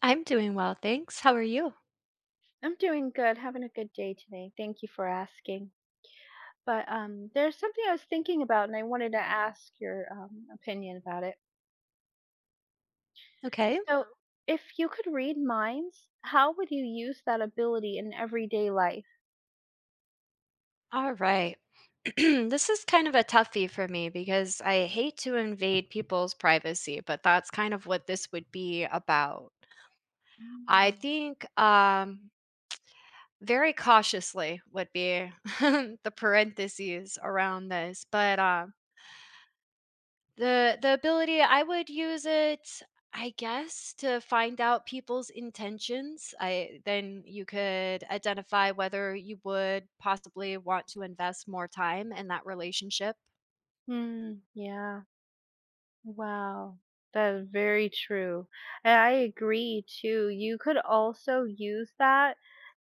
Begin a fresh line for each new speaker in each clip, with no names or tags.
I'm doing well, thanks. How are you?
I'm doing good, having a good day today. Thank you for asking. But there's something I was thinking about, and I wanted to ask your opinion about it.
Okay.
So, if you could read minds, how would you use that ability in everyday life?
All right. This is kind of a toughie for me because I hate to invade people's privacy, but that's kind of what this would be about. I
Mm.
think very cautiously would be the parentheses around this, but The ability I would use it, I guess, to find out people's intentions. I then you could identify whether you would possibly want to invest more time in that relationship.
Hmm. Yeah. Wow. That is very true. And I agree too. You could also use that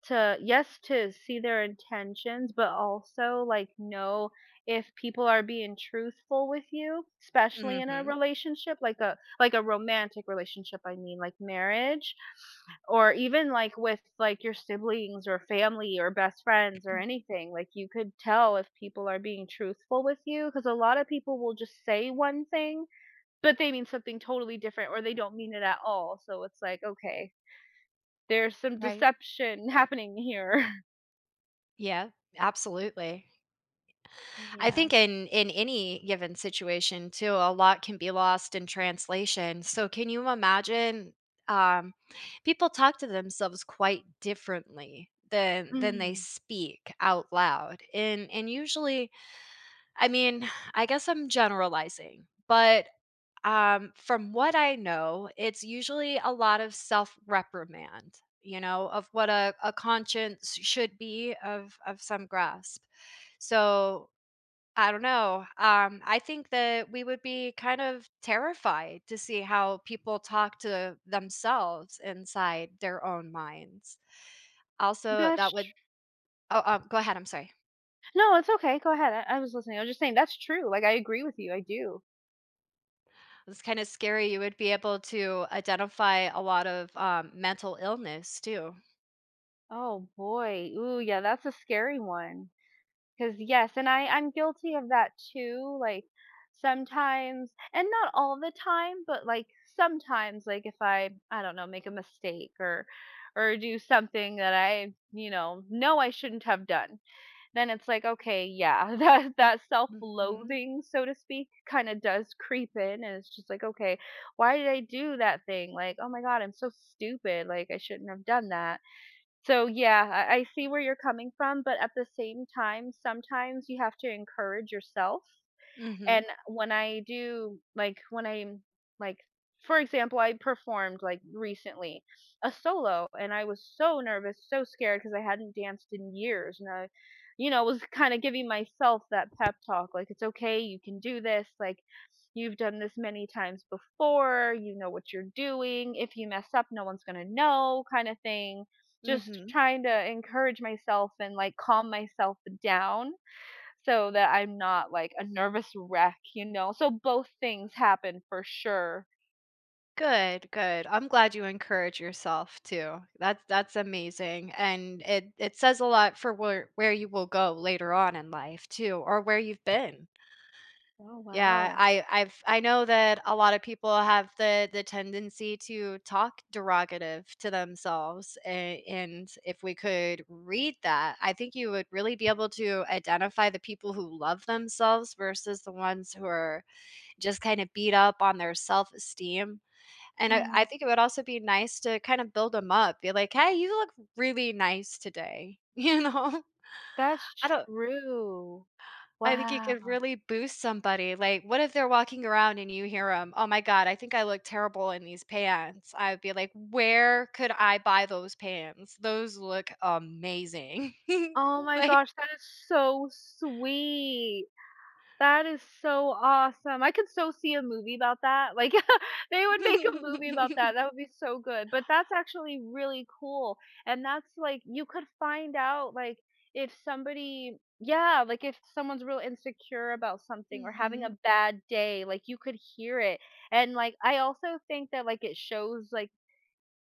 to yes to see their intentions, but also like know if people are being truthful with you, especially in a
Mhm.
relationship, like a romantic relationship, I mean like marriage, or even like with like your siblings or family or best friends or anything. Like, you could tell if people are being truthful with you, because a lot of people will just say one thing, but they mean something totally different, or they don't mean it at all. So it's like, okay, there's some
Right.
deception happening here.
Yeah, absolutely. I
Yeah.
think in any given situation too, a lot can be lost in translation. So can you imagine um, people talk to themselves quite differently than they
Mm.
speak out loud. And usually, I mean, I guess I'm generalizing, but from what I know, it's usually a lot of self reprimand, you know, of what a conscience should be of some grasp. So I don't know. I think that we would be kind of terrified to see how people talk to themselves inside their own minds. Also, that
That's
would oh, go ahead. I'm sorry.
no, it's okay, go ahead, I was listening, I was just saying that's true, like, I agree with you, I do.
It's kind of scary. You would be able to identify a lot of mental illness too.
Oh, boy, ooh, yeah, that's a scary one. Cause yes, and I'm guilty of that too, like, sometimes and not all the time, but, like, sometimes, like, if I, I don't know, make a mistake or do something that I, know I shouldn't have done. Then it's like, okay, yeah, that that
Hmm
self-loathing, so to speak, kind of does creep in, and it's just like, okay, why did I do that thing? Like, oh my God, I'm so stupid. Like, I shouldn't have done that. So yeah, I see where you're coming from, but at the same time, sometimes you have to encourage yourself.
hmm
And when I do, like when I'm, like, for example, I performed like recently a solo and I was so nervous, so scared, because I hadn't danced in years and I, was kind of giving myself that pep talk like, it's okay, you can do this, like, you've done this many times before, you know what you're doing. If you mess up, no one's going to know kind of thing. Just
hmm
trying to encourage myself and like calm myself down so that I'm not like a nervous wreck, you know? So both things happen for sure.
Good, good. I'm glad you encourage yourself too. That's amazing. And it says a lot for where you will go later on in life too, or where you've been.
Oh,
Yeah,
wow.
I know that a lot of people have the tendency to talk derogative to themselves and if we could read that, I think you would really be able to identify the people who love themselves versus the ones who are just kind of beat up on their self-esteem. And I
Mm,
think it would also be nice to kind of build them up, be like, "Hey, you look really nice today," you know?
that's
I don't.
true.
I think you
Wow.
could really boost somebody, like, what if they're walking around and you hear them? "Oh my god, I think I look terrible in these pants." I would be like, "Where could I buy those pants? Those look amazing."
Oh my
Like
gosh, that is so sweet. That is so awesome. I could so see a movie about that. Like, they would make a movie about that. That would be so good. But that's actually really cool. And that's like you could find out like if somebody, yeah, like if someone's real insecure about something or having
Mhm.
a bad day, like you could hear it. And like I also think that like it shows like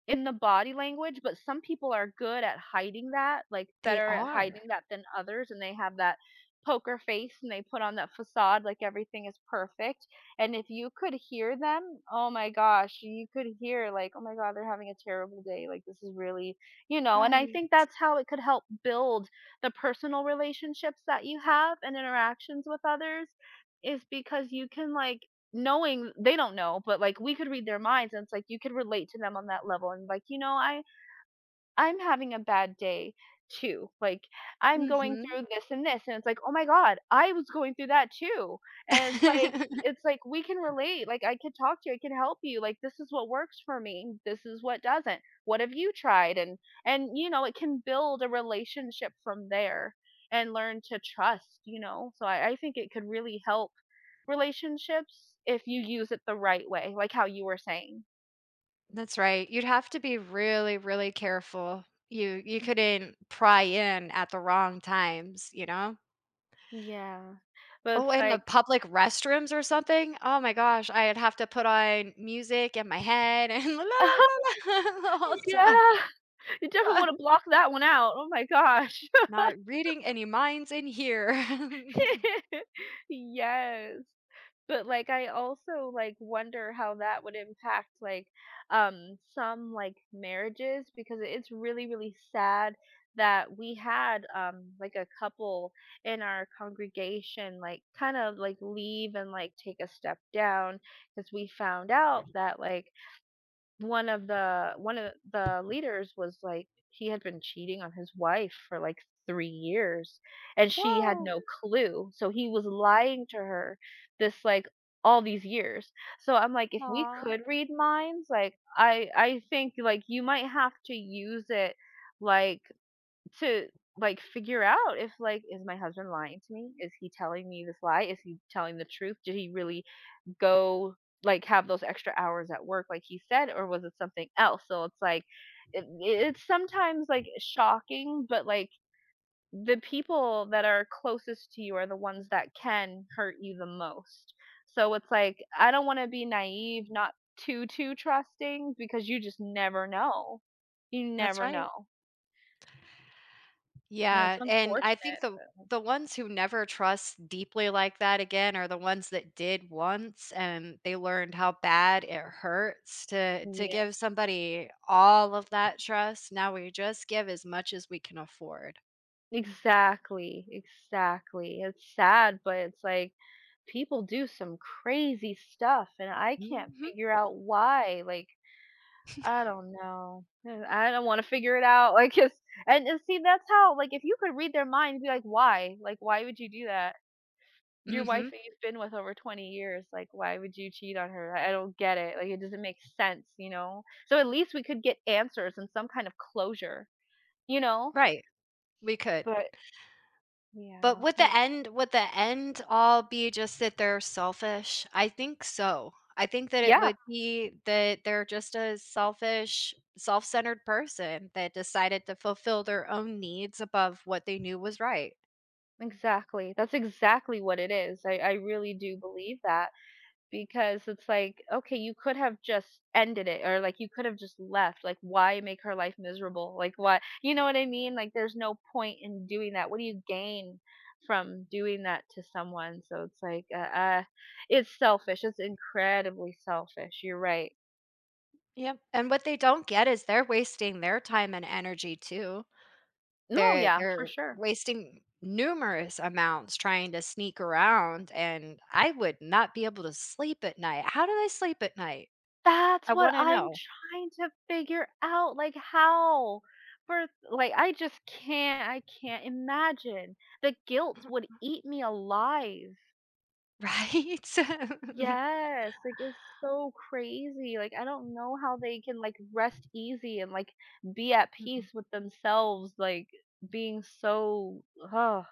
in the body language, but some people are good at hiding that, like
They
better at
are.
hiding that than others. And they have that poker face and they put on that facade like everything is perfect. And if you could hear them, oh my gosh, you could hear like, oh my God, they're having a terrible day. Like, this is really, you know, and I
Right.
think that's how it could help build the personal relationships that you have and interactions with others, is because you can like knowing they don't know, but like we could read their minds and it's like you could relate to them on that level and like, I I'm having a bad day too. Like I'm going
Mhm.
through this and this and it's like, "Oh my god, I was going through that too." And it's like it's like we can relate. Like I could talk to you, I can help you. Like this is what works for me. This is what doesn't. What have you tried? And, it can build a relationship from there and learn to trust, you know. So I think it could really help relationships if you use it the right way, like how you were saying.
That's right. You'd have to be really, really careful. You
Mhm.
couldn't pry in at the wrong times, you know?
Yeah. But
Oh,
it's
in the
like
public restrooms or something? Oh my gosh, I'd have to put on music in my head and la la la la the whole time.
yeah, you definitely wanna block that one out. Oh my gosh.
Not reading any minds in here.
Yes. But like I also like wonder how that would impact like some like marriages, because it's really really sad that we had like a couple in our congregation like kind of like leave and like take a step down, because we found out that like one of the leaders was like he had been cheating on his wife for like 3 years and she had
Whoa.
no clue. So he was lying to her this like all these years. So I'm like if we
Aw.
could read minds, like I think like you might have to use it like to like figure out if like, is my husband lying to me? Is he telling me this lie? Is he telling the truth? Did he really go like have those extra hours at work like he said or was it something else? So it's like it's sometimes like shocking, but like the people that are closest to you are the ones that can hurt you the most. So it's like I don't want to be naive, not too trusting, because you just never know, you
That's
never
right.
know. And it's
Yeah, and I think
unfortunate.
the ones who never trust deeply like that again are the ones that did once and they learned how bad it hurts to
Yeah,
give somebody all of that trust. Now we just give as much as we can afford.
exactly, it's sad, but it's like people do some crazy stuff and I can't
Mhm.
figure out why. Like, I don't know. I don't want to figure it out. Like, it's, and see, that's how, like, if you could read their mind, be like, why? Like, why would you do that? Your wife
Mhm.
that you've been with over 20 years, like, why would you cheat on her? I don't get it. Like, it doesn't make sense, you know? So at least we could get answers and some kind of closure, you know?
Right. We could.
But
But
yeah, kind of,
would the end all be just that they're selfish? I think so. I think that it
yeah,
would be that they're just a selfish, self-centered person that decided to fulfill their own needs above what they knew was right.
exactly. That's exactly what it is. I really do believe that. Because it's like, okay, you could have just ended it, or like you could have just left. Like, why make her life miserable? Like, why? You know what I mean? Like, there's no point in doing that. What do you gain from doing that to someone? So it's like, it's selfish. It's incredibly selfish. You're right.
Yep. And what they don't get is they're wasting their time and energy too.
No,
They're
yeah, for
they're
sure.
wasting numerous amounts trying to sneak around and I would not be able to sleep at night. How do they sleep at night?
That's
I
what
want to
I'm
know.
trying to figure out. Like, how? For like, I just can't. I can't imagine the guilt would eat me alive.
Right?
Yes, like, it's so crazy, like, I don't know how they can, like, rest easy and, like, be at
Mhm.
peace with themselves, like, being so, oh,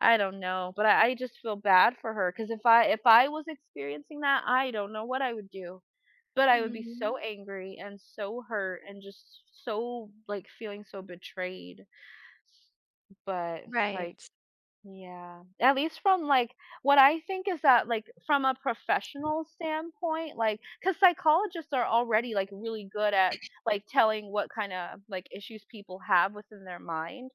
I don't know, but I just feel bad for her, because if I was experiencing that, I don't know what I would do, but I would be so
Mhm.
angry and so hurt and just so, like, feeling so betrayed, but, like,
Right.
yeah. At least from, like, what I think is that, like, from a professional standpoint, like, because psychologists are already, like, really good at, like, telling what kinda, like, issues people have within their mind,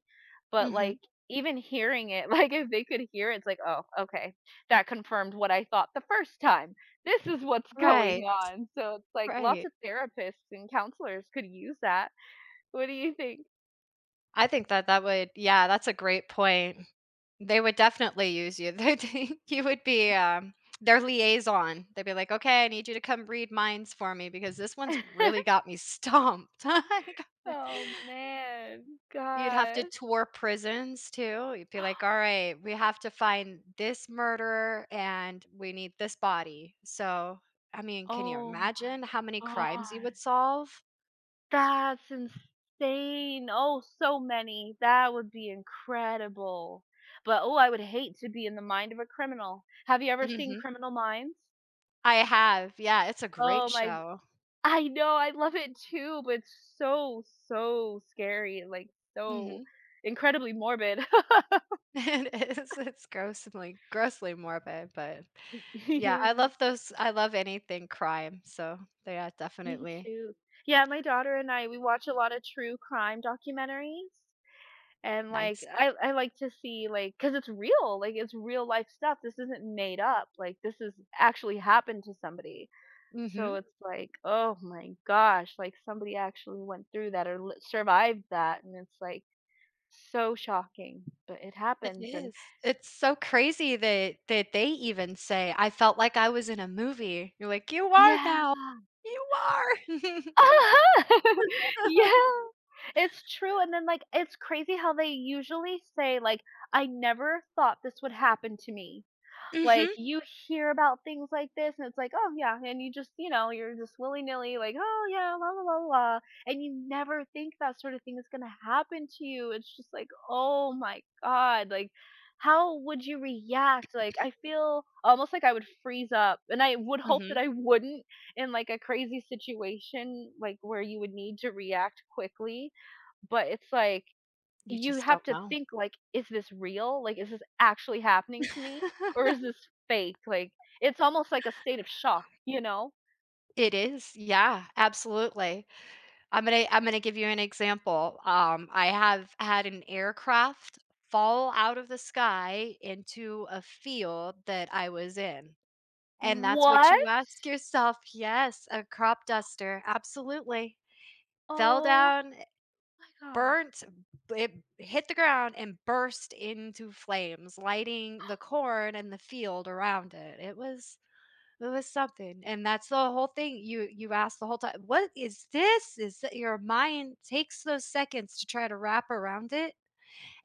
but, like,
Mhm.
even hearing it, like, if they could hear it, it's like, "Oh, okay. That confirmed what I thought the first time. This is what's going
Right,
on." So it's like lots
right.
of therapists and counselors could use that. What do you think?
I think that that would yeah, that's a great point. They would definitely use you. They'd you would be, their liaison. They'd be like, "Okay, I need you to come read minds for me because this one's really got me stumped." I got it.
Oh, man.
You'd have to
Gosh.
tour prisons too. You'd be like, "All right, we have to find this murderer and we need this body." So, I mean, can you
Oh
imagine
my
how many crimes you would
god.
solve?
That's insane. Oh, so many. That would be incredible. But oh, I would hate to be in the mind of a criminal. Have you ever seen
Mhm.
Criminal Minds?
I have, yeah, it's a great
Oh my,
show.
I know, I love it too, but it's so, so scary, and, like, so
Mhm.
incredibly morbid.
It is, it's grossly grossly morbid, but
Y-
yeah, I
Yeah,
love those I love anything crime, so, yeah,
me
definitely
too. Yeah, my daughter and I, we watch a lot of true crime documentaries. And, like,
nice.
I like to see, like, because it's real, like, it's real life stuff, this isn't made up, like, this is actually happened to somebody. So
Mhm.
it's like, "Oh my gosh," like, somebody actually went through that or li survived that, and it's, like, so shocking, but it
It
happens, and
is. It's so crazy that that they even say, "I felt like I was in a movie." You're like, "You are
yeah.
now. You are."
Yeah. It's true, and then, like, it's crazy how they usually say, like, "I never thought this would happen to me." Like,
Mhm,
you hear about things like this, and it's like, "Oh, yeah," and you just, you know, you're just willy-nilly like, "Oh, yeah, la, la, la, la," and you never think that sort of thing is gonna happen to you. It's just like, "Oh my god," like, how would you react? Like, I feel almost like I would freeze up, and I would hope that
mhm.
I wouldn't in, like, a crazy situation, like, where you would need to react quickly, but it's like
You
you
just
have
don't
to
know.
think like, "Is this real? Like, is this actually happening to me? Or is this fake?" Like, it's almost like a state of shock, you know?
It is, yeah, absolutely. I'm gonna give you an example. I have had an aircraft fall out of the sky into a field that I was in, and that's what
"What?
you ask yourself. Yes, a crop duster, absolutely. Fell
Oh
down,
my god.
burnt it, hit the ground and burst into flames lighting the corn and the field around it. It was, it was something. And that's the whole thing, you asked the whole time, what is this, is that your mind takes those seconds to try to wrap around it.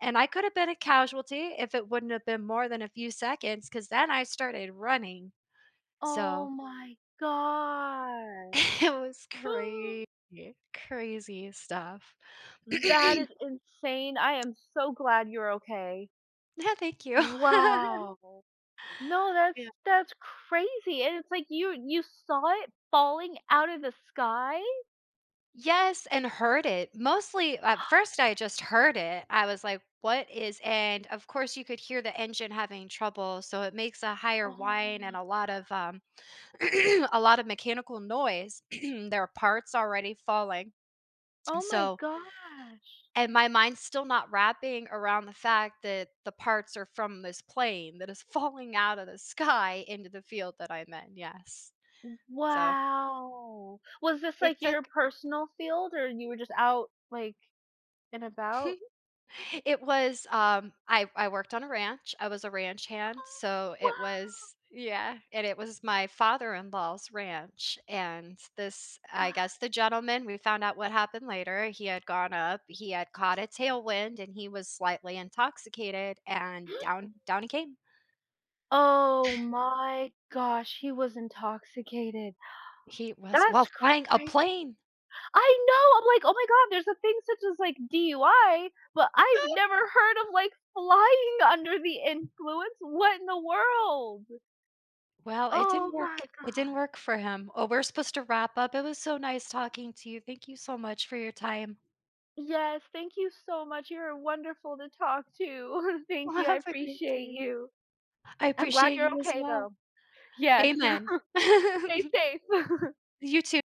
And I could have been a casualty if it wouldn't have been more than a few seconds because then I started running. So
Oh my
it
gosh.
was crazy, crazy stuff.
That is insane. I am so glad you're okay.
Yeah, thank you.
Wow. No, that's
Yeah.
that's crazy." And it's like you saw it falling out of the sky?
Yes, and heard it. Mostly at first I just heard it. I was like, "What is," and of course you could hear the engine having trouble, so it makes a higher
Oh
whine and
my,
a lot of, a lot of mechanical noise. There are parts already falling.
oh my
So
gosh.
and my mind's still not wrapping around the fact that the parts are from this plane that is falling out of the sky into the field that I'm in, yes. So,
Wow! Was this,
it
like,
took
your personal field or you were just out, like, and about?
It was, I worked on a ranch. I was a ranch hand, so
Oh,
it was yeah, and it was my father-in-law's ranch, and this I
wow,
guess the gentleman, we found out what happened later, he had gone up, he had caught a tailwind, and he was slightly intoxicated,
wow.
and down he came.
Oh my gosh, he was intoxicated.
He was well,
That's
flying a
crazy.
plane.
I know, I'm like, "Oh my god, there's a thing such as, like, DUI, but I've never heard of, like, flying under the influence. What in the world?"
Well, it didn't
Oh my
work. It didn't
god.
work for him. Oh, we're supposed to wrap up. It was so nice talking to you. Thank you so much for your time.
Yes, thank you so much. You're wonderful to talk to. Thank
Well,
you, I
have a great
appreciate
day.
you.
I
I'm glad
appreciate
you're
you as
okay
well.
though. Yes.
Amen.
Stay safe.
You too.